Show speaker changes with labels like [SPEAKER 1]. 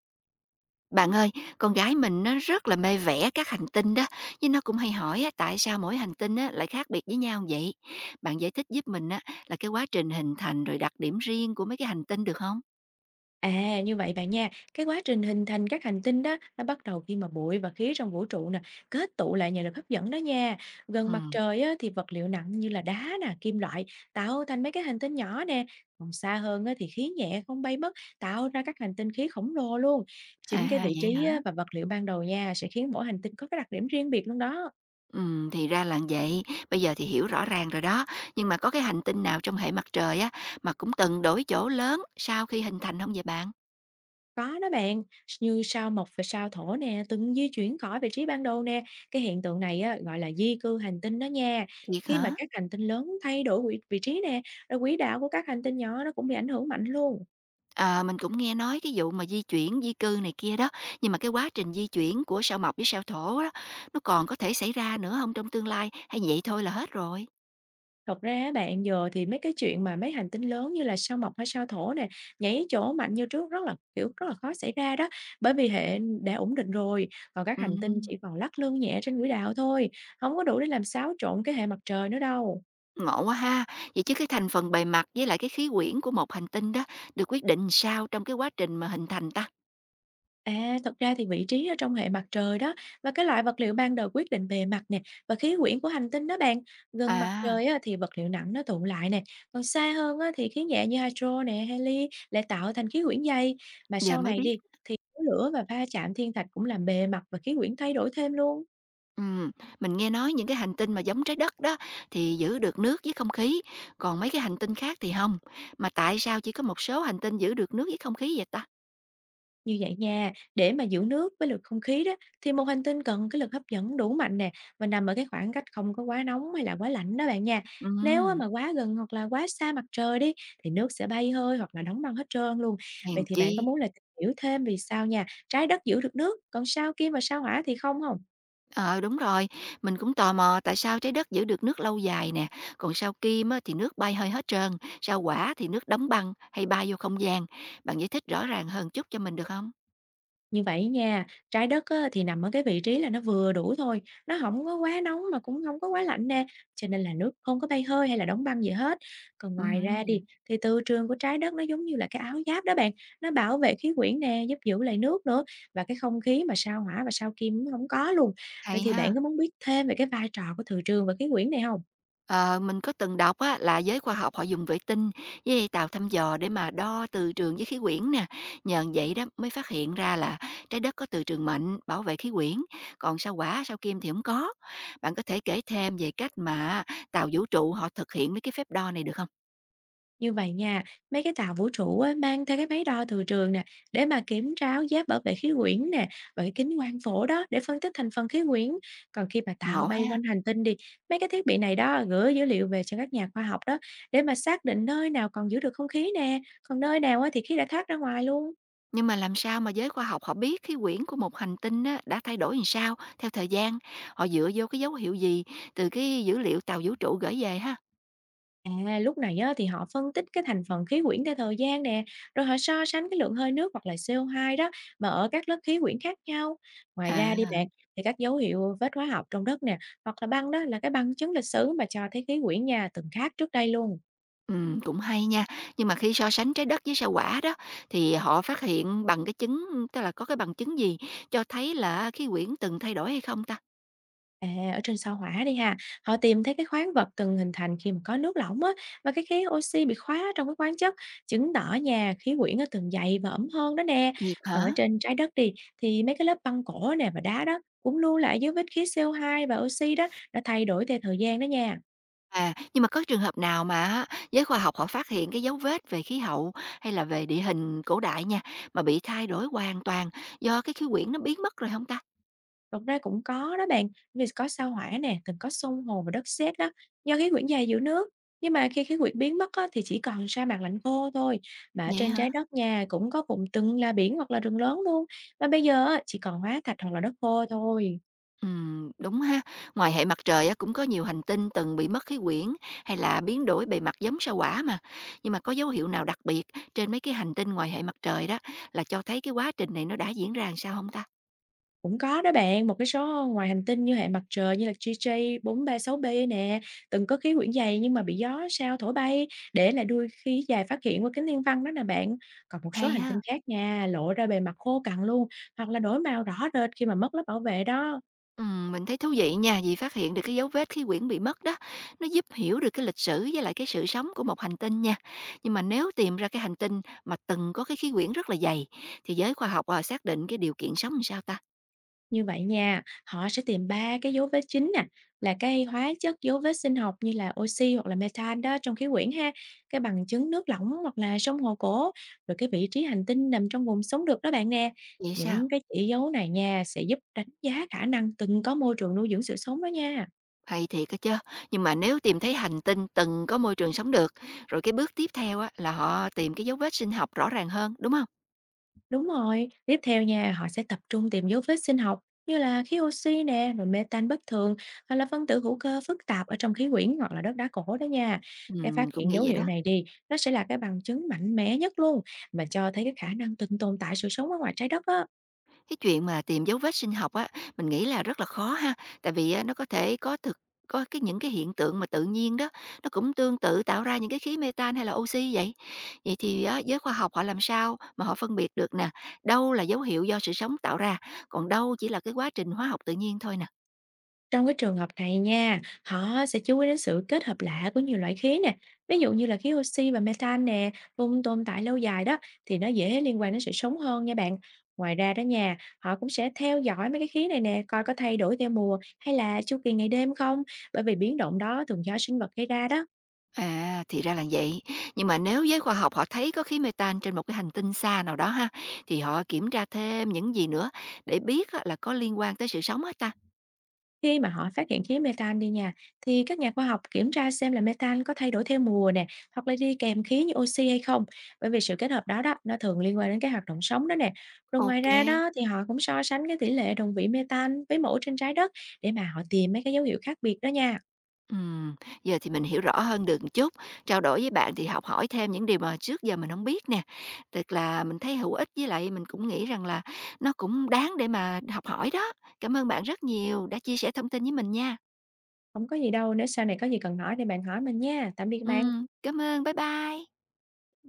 [SPEAKER 1] Bạn ơi, con gái mình nó rất là mê vẽ các hành tinh đó, nhưng nó cũng hay hỏi á, tại sao mỗi hành tinh á, lại khác biệt với nhau vậy? Bạn giải thích giúp mình á, là cái quá trình hình thành rồi đặc điểm riêng của mấy cái hành tinh được không?
[SPEAKER 2] À, như vậy bạn nha, cái quá trình hình thành các hành tinh đó nó bắt đầu khi mà bụi và khí trong vũ trụ nè kết tụ lại nhờ lực hấp dẫn đó nha. Gần mặt
[SPEAKER 1] Ừ,
[SPEAKER 2] trời á, thì vật liệu nặng như là đá nè, kim loại tạo thành mấy cái hành tinh nhỏ nè. Còn xa hơn á, thì khí nhẹ không bay mất tạo ra các hành tinh khí khổng lồ luôn. Chính cái
[SPEAKER 1] à
[SPEAKER 2] vị
[SPEAKER 1] vậy
[SPEAKER 2] trí á,
[SPEAKER 1] hả?
[SPEAKER 2] và vật liệu ban đầu nha sẽ khiến mỗi hành tinh có cái đặc điểm riêng biệt luôn đó.
[SPEAKER 1] Ừ, thì ra là vậy, bây giờ thì hiểu rõ ràng rồi đó. Nhưng mà có cái hành tinh nào trong hệ mặt trời á, mà cũng từng đổi chỗ lớn sau khi hình thành không vậy bạn?
[SPEAKER 2] Có đó bạn, như sao Mộc và sao Thổ nè, từng di chuyển khỏi vị trí ban đầu nè, cái hiện tượng này á, gọi là di cư hành tinh đó nha.
[SPEAKER 1] Thiệt
[SPEAKER 2] Khi mà
[SPEAKER 1] hả?
[SPEAKER 2] các hành tinh lớn thay đổi vị vị trí nè, rồi quỹ đạo của các hành tinh nhỏ nó cũng bị ảnh hưởng mạnh luôn.
[SPEAKER 1] Ờ, mình cũng nghe nói cái vụ mà di chuyển, di cư này kia đó, nhưng mà cái quá trình di chuyển của sao Mộc với sao Thổ á, nó còn có thể xảy ra nữa không trong tương lai, hay vậy thôi là hết rồi?
[SPEAKER 2] Thật ra á bạn, giờ thì mấy cái chuyện mà mấy hành tinh lớn như là sao Mộc hay sao Thổ nè, nhảy chỗ mạnh như trước rất là, kiểu, rất là khó xảy ra đó, bởi vì hệ đã ổn định rồi, còn các hành tinh
[SPEAKER 1] Ừm,
[SPEAKER 2] chỉ còn lắc lư nhẹ trên quỹ đạo thôi, không có đủ để làm xáo trộn cái hệ mặt trời nữa đâu.
[SPEAKER 1] ngộ quá ha! Vậy chứ cái thành phần bề mặt với lại cái khí quyển của một hành tinh đó được quyết định sao trong cái quá trình mà hình thành ta?
[SPEAKER 2] À, thật ra thì vị trí ở trong hệ mặt trời đó và cái loại vật liệu ban đầu quyết định bề mặt nè và khí quyển của hành tinh đó bạn. Gần mặt
[SPEAKER 1] À,
[SPEAKER 2] trời á, thì vật liệu nặng nó tụ lại nè, còn xa hơn á, thì khí nhẹ như hydro nè, heli lại tạo thành khí quyển dày. Mà
[SPEAKER 1] giờ
[SPEAKER 2] sau
[SPEAKER 1] mới
[SPEAKER 2] này
[SPEAKER 1] biết.
[SPEAKER 2] đi thì khói lửa và va chạm thiên thạch cũng làm bề mặt và khí quyển thay đổi thêm luôn.
[SPEAKER 1] Ừm, mình nghe nói những cái hành tinh mà giống Trái Đất đó thì giữ được nước với không khí, còn mấy cái hành tinh khác thì không. Mà tại sao chỉ có một số hành tinh giữ được nước với không khí vậy ta?
[SPEAKER 2] Như vậy nha, để mà giữ nước với lực không khí đó thì một hành tinh cần cái lực hấp dẫn đủ mạnh nè và nằm ở cái khoảng cách không có quá nóng hay là quá lạnh đó bạn nha. Nếu á
[SPEAKER 1] Ừm.
[SPEAKER 2] mà quá gần hoặc là quá xa mặt trời đi thì nước sẽ bay hơi hoặc là đóng băng hết trơn luôn.
[SPEAKER 1] Hèn
[SPEAKER 2] Vậy thì
[SPEAKER 1] chi.
[SPEAKER 2] bạn có muốn là tìm hiểu thêm vì sao nha, trái đất giữ được nước, còn sao Kim và sao Hỏa thì không không?
[SPEAKER 1] Ờ, đúng rồi, mình cũng tò mò tại sao trái đất giữ được nước lâu dài nè, còn sao Kim á thì nước bay hơi hết trơn, sao Quả thì nước đóng băng hay bay vô không gian. Bạn giải thích rõ ràng hơn chút cho mình được không?
[SPEAKER 2] Như vậy nha, trái đất á, thì nằm ở cái vị trí là nó vừa đủ thôi, nó không có quá nóng mà cũng không có quá lạnh nè, cho nên là nước không có bay hơi hay là đóng băng gì hết. Còn ngoài ra đi,
[SPEAKER 1] Ừm,
[SPEAKER 2] thì từ trường của trái đất nó giống như là cái áo giáp đó bạn, nó bảo vệ khí quyển nè, giúp giữ lại nước nữa, và cái không khí mà sao Hỏa và sao Kim nó hổng có luôn. Vậy
[SPEAKER 1] hay
[SPEAKER 2] thì bạn
[SPEAKER 1] ha.
[SPEAKER 2] có muốn biết thêm về cái vai trò của từ trường và khí quyển này không?
[SPEAKER 1] Ờ, mình có từng đọc á, là giới khoa học họ dùng vệ tinh với tàu thăm dò để mà đo từ trường với khí quyển nè. Nhờ vậy đó mới phát hiện ra là trái đất có từ trường mạnh bảo vệ khí quyển, còn sao Hỏa, sao Kim thì không có. Bạn có thể kể thêm về cách mà tàu vũ trụ họ thực hiện mấy cái phép đo này được không?
[SPEAKER 2] Như vậy nha, mấy cái tàu vũ trụ á, mang theo cái máy đo từ trường nè để mà kiểm tra áo giáp bảo vệ khí quyển nè và cái kính quang phổ đó để phân tích thành phần khí quyển. Còn khi mà tàu
[SPEAKER 1] Ngộ
[SPEAKER 2] bay
[SPEAKER 1] ha.
[SPEAKER 2] quanh hành tinh đi, mấy cái thiết bị này đó gửi dữ liệu về cho các nhà khoa học đó để mà xác định nơi nào còn giữ được không khí nè, còn nơi nào á, thì khí đã thoát ra ngoài luôn.
[SPEAKER 1] Nhưng mà làm sao mà giới khoa học họ biết khí quyển của một hành tinh á, đã thay đổi làm sao theo thời gian? Họ dựa vô cái dấu hiệu gì từ cái dữ liệu tàu vũ trụ gửi về ha?
[SPEAKER 2] À, lúc này á, thì họ phân tích cái thành phần khí quyển theo thời gian nè, rồi họ so sánh cái lượng hơi nước hoặc là CO2 đó mà ở các lớp khí quyển khác nhau. Ngoài ra đi
[SPEAKER 1] À.
[SPEAKER 2] bạn, thì các dấu hiệu vết hóa học trong đất nè, hoặc là băng đó là cái bằng chứng lịch sử mà cho thấy khí quyển nhà từng khác trước đây luôn.
[SPEAKER 1] Cũng hay nha. Nhưng mà khi so sánh trái đất với sao Hỏa đó, thì họ phát hiện bằng cái chứng tức là có cái bằng chứng gì cho thấy là khí quyển từng thay đổi hay không ta?
[SPEAKER 2] À, ở trên sao Hỏa đi ha, họ tìm thấy cái khoáng vật từng hình thành khi mà có nước lỏng á, và cái khí oxy bị khóa trong cái khoáng chất, chứng tỏ nhà khí quyển nó từng dày và ẩm hơn đó nè.
[SPEAKER 1] Thiệt
[SPEAKER 2] Còn
[SPEAKER 1] hả?
[SPEAKER 2] ở trên trái đất đi, thì mấy cái lớp băng cổ nè và đá đó cũng lưu lại dấu vết khí co hai và oxy đó đã thay đổi theo thời gian đó nha.
[SPEAKER 1] À, nhưng mà có trường hợp nào mà á, giới khoa học họ phát hiện cái dấu vết về khí hậu hay là về địa hình cổ đại nha, mà bị thay đổi hoàn toàn do cái khí quyển nó biến mất rồi không ta?
[SPEAKER 2] Thực ra cũng có đó bạn, vì có sao Hỏa nè, từng có xung hồ và đất sét đó, do khí quyển dày giữ nước. Nhưng mà khi khí quyển biến mất á, thì chỉ còn sa mạc lạnh khô thôi. Mà ở
[SPEAKER 1] Vậy
[SPEAKER 2] trên
[SPEAKER 1] hả?
[SPEAKER 2] trái đất nhà cũng có vùng từng là biển hoặc là rừng lớn luôn. Mà bây giờ á, chỉ còn hóa thạch hoặc là đất khô thôi.
[SPEAKER 1] Đúng ha. Ngoài hệ mặt trời á, cũng có nhiều hành tinh từng bị mất khí quyển hay là biến đổi bề mặt giống sao Hỏa mà. Nhưng mà có dấu hiệu nào đặc biệt trên mấy cái hành tinh ngoài hệ mặt trời đó là cho thấy cái quá trình này nó đã diễn ra làm sao không ta?
[SPEAKER 2] Cũng có đó bạn, một cái số ngoài hành tinh như hệ mặt trời như là GJ436b nè, từng có khí quyển dày nhưng mà bị gió sao thổi bay, để lại đuôi khí dài phát hiện qua kính thiên văn đó nè bạn. Còn một số
[SPEAKER 1] Hay
[SPEAKER 2] hành tinh
[SPEAKER 1] ha.
[SPEAKER 2] khác nha, lộ ra bề mặt khô cằn luôn, hoặc là đổi màu rõ rệt khi mà mất lớp bảo vệ đó.
[SPEAKER 1] Mình thấy thú vị nha, vì phát hiện được cái dấu vết khí quyển bị mất đó, nó giúp hiểu được cái lịch sử với lại cái sự sống của một hành tinh nha. Nhưng mà nếu tìm ra cái hành tinh mà từng có cái khí quyển rất là dày thì giới khoa học à, xác định cái điều kiện sống làm sao ta?
[SPEAKER 2] Như vậy nha, họ sẽ tìm 3 cái dấu vết chính nè, là cái hóa chất dấu vết sinh học như là oxy hoặc là methane đó trong khí quyển ha, cái bằng chứng nước lỏng hoặc là sông hồ cổ, rồi cái vị trí hành tinh nằm trong vùng sống được đó bạn nè.
[SPEAKER 1] Vậy sao?
[SPEAKER 2] Những cái chỉ dấu này nha sẽ giúp đánh giá khả năng từng có môi trường nuôi dưỡng sự sống đó nha.
[SPEAKER 1] Hay thiệt á chứ. Nhưng mà nếu tìm thấy hành tinh từng có môi trường sống được, rồi cái bước tiếp theo á là họ tìm cái dấu vết sinh học rõ ràng hơn, đúng không?
[SPEAKER 2] Đúng rồi, tiếp theo nha, họ sẽ tập trung tìm dấu vết sinh học như là khí oxy nè, rồi mê bất thường hoặc là phân tử hữu cơ phức tạp ở trong khí quyển hoặc là đất đá cổ đó nha. Cái phát
[SPEAKER 1] Mình cũng
[SPEAKER 2] hiện
[SPEAKER 1] nghĩ
[SPEAKER 2] dấu
[SPEAKER 1] vậy
[SPEAKER 2] hiệu
[SPEAKER 1] đó.
[SPEAKER 2] này đi, nó sẽ là cái bằng chứng mạnh mẽ nhất luôn mà cho thấy cái khả năng từng tồn tại sự sống ở ngoài trái đất á.
[SPEAKER 1] Cái chuyện mà tìm dấu vết sinh học á, mình nghĩ là rất là khó ha, tại vì á nó có thể có thực có cái những cái hiện tượng mà tự nhiên đó, nó cũng tương tự tạo ra những cái khí metan hay là oxy vậy. Vậy thì á giới khoa học họ làm sao mà họ phân biệt được nè, đâu là dấu hiệu do sự sống tạo ra, còn đâu chỉ là cái quá trình hóa học tự nhiên thôi nè?
[SPEAKER 2] Trong cái trường hợp này nha, họ sẽ chú ý đến sự kết hợp lạ của nhiều loại khí nè, ví dụ như là khí oxy và methane nè, vùng tồn tại lâu dài đó thì nó dễ liên quan đến sự sống hơn nha bạn. Ngoài ra đó nha, họ cũng sẽ theo dõi mấy cái khí này nè, coi có thay đổi theo mùa hay là chu kỳ ngày đêm không, bởi vì biến động đó thường do sinh vật gây ra đó.
[SPEAKER 1] À, thì ra là vậy. Nhưng mà nếu giới khoa học họ thấy có khí methane trên một cái hành tinh xa nào đó ha, thì họ kiểm tra thêm những gì nữa để biết á, là có liên quan tới sự sống hết ta?
[SPEAKER 2] Khi mà họ phát hiện khí methane đi nha, thì các nhà khoa học kiểm tra xem là methane có thay đổi theo mùa nè, hoặc là đi kèm khí như oxy hay không. Bởi vì sự kết hợp đó đó, nó thường liên quan đến cái hoạt động sống đó nè. Rồi ngoài
[SPEAKER 1] Ok.
[SPEAKER 2] ra đó thì họ cũng so sánh cái tỷ lệ đồng vị methane với mẫu trên trái đất để mà họ tìm mấy cái dấu hiệu khác biệt đó nha.
[SPEAKER 1] Ừm, giờ thì mình hiểu rõ hơn được một chút. Trao đổi với bạn thì học hỏi thêm những điều mà trước giờ mình không biết nè. Thật là mình thấy hữu ích với lại mình cũng nghĩ rằng là nó cũng đáng để mà học hỏi đó. Cảm ơn bạn rất nhiều đã chia sẻ thông tin với mình nha.
[SPEAKER 2] Không có gì đâu, nếu sau này có gì cần hỏi thì bạn hỏi mình nha. Tạm biệt bạn.
[SPEAKER 1] Cảm ơn. Bye bye.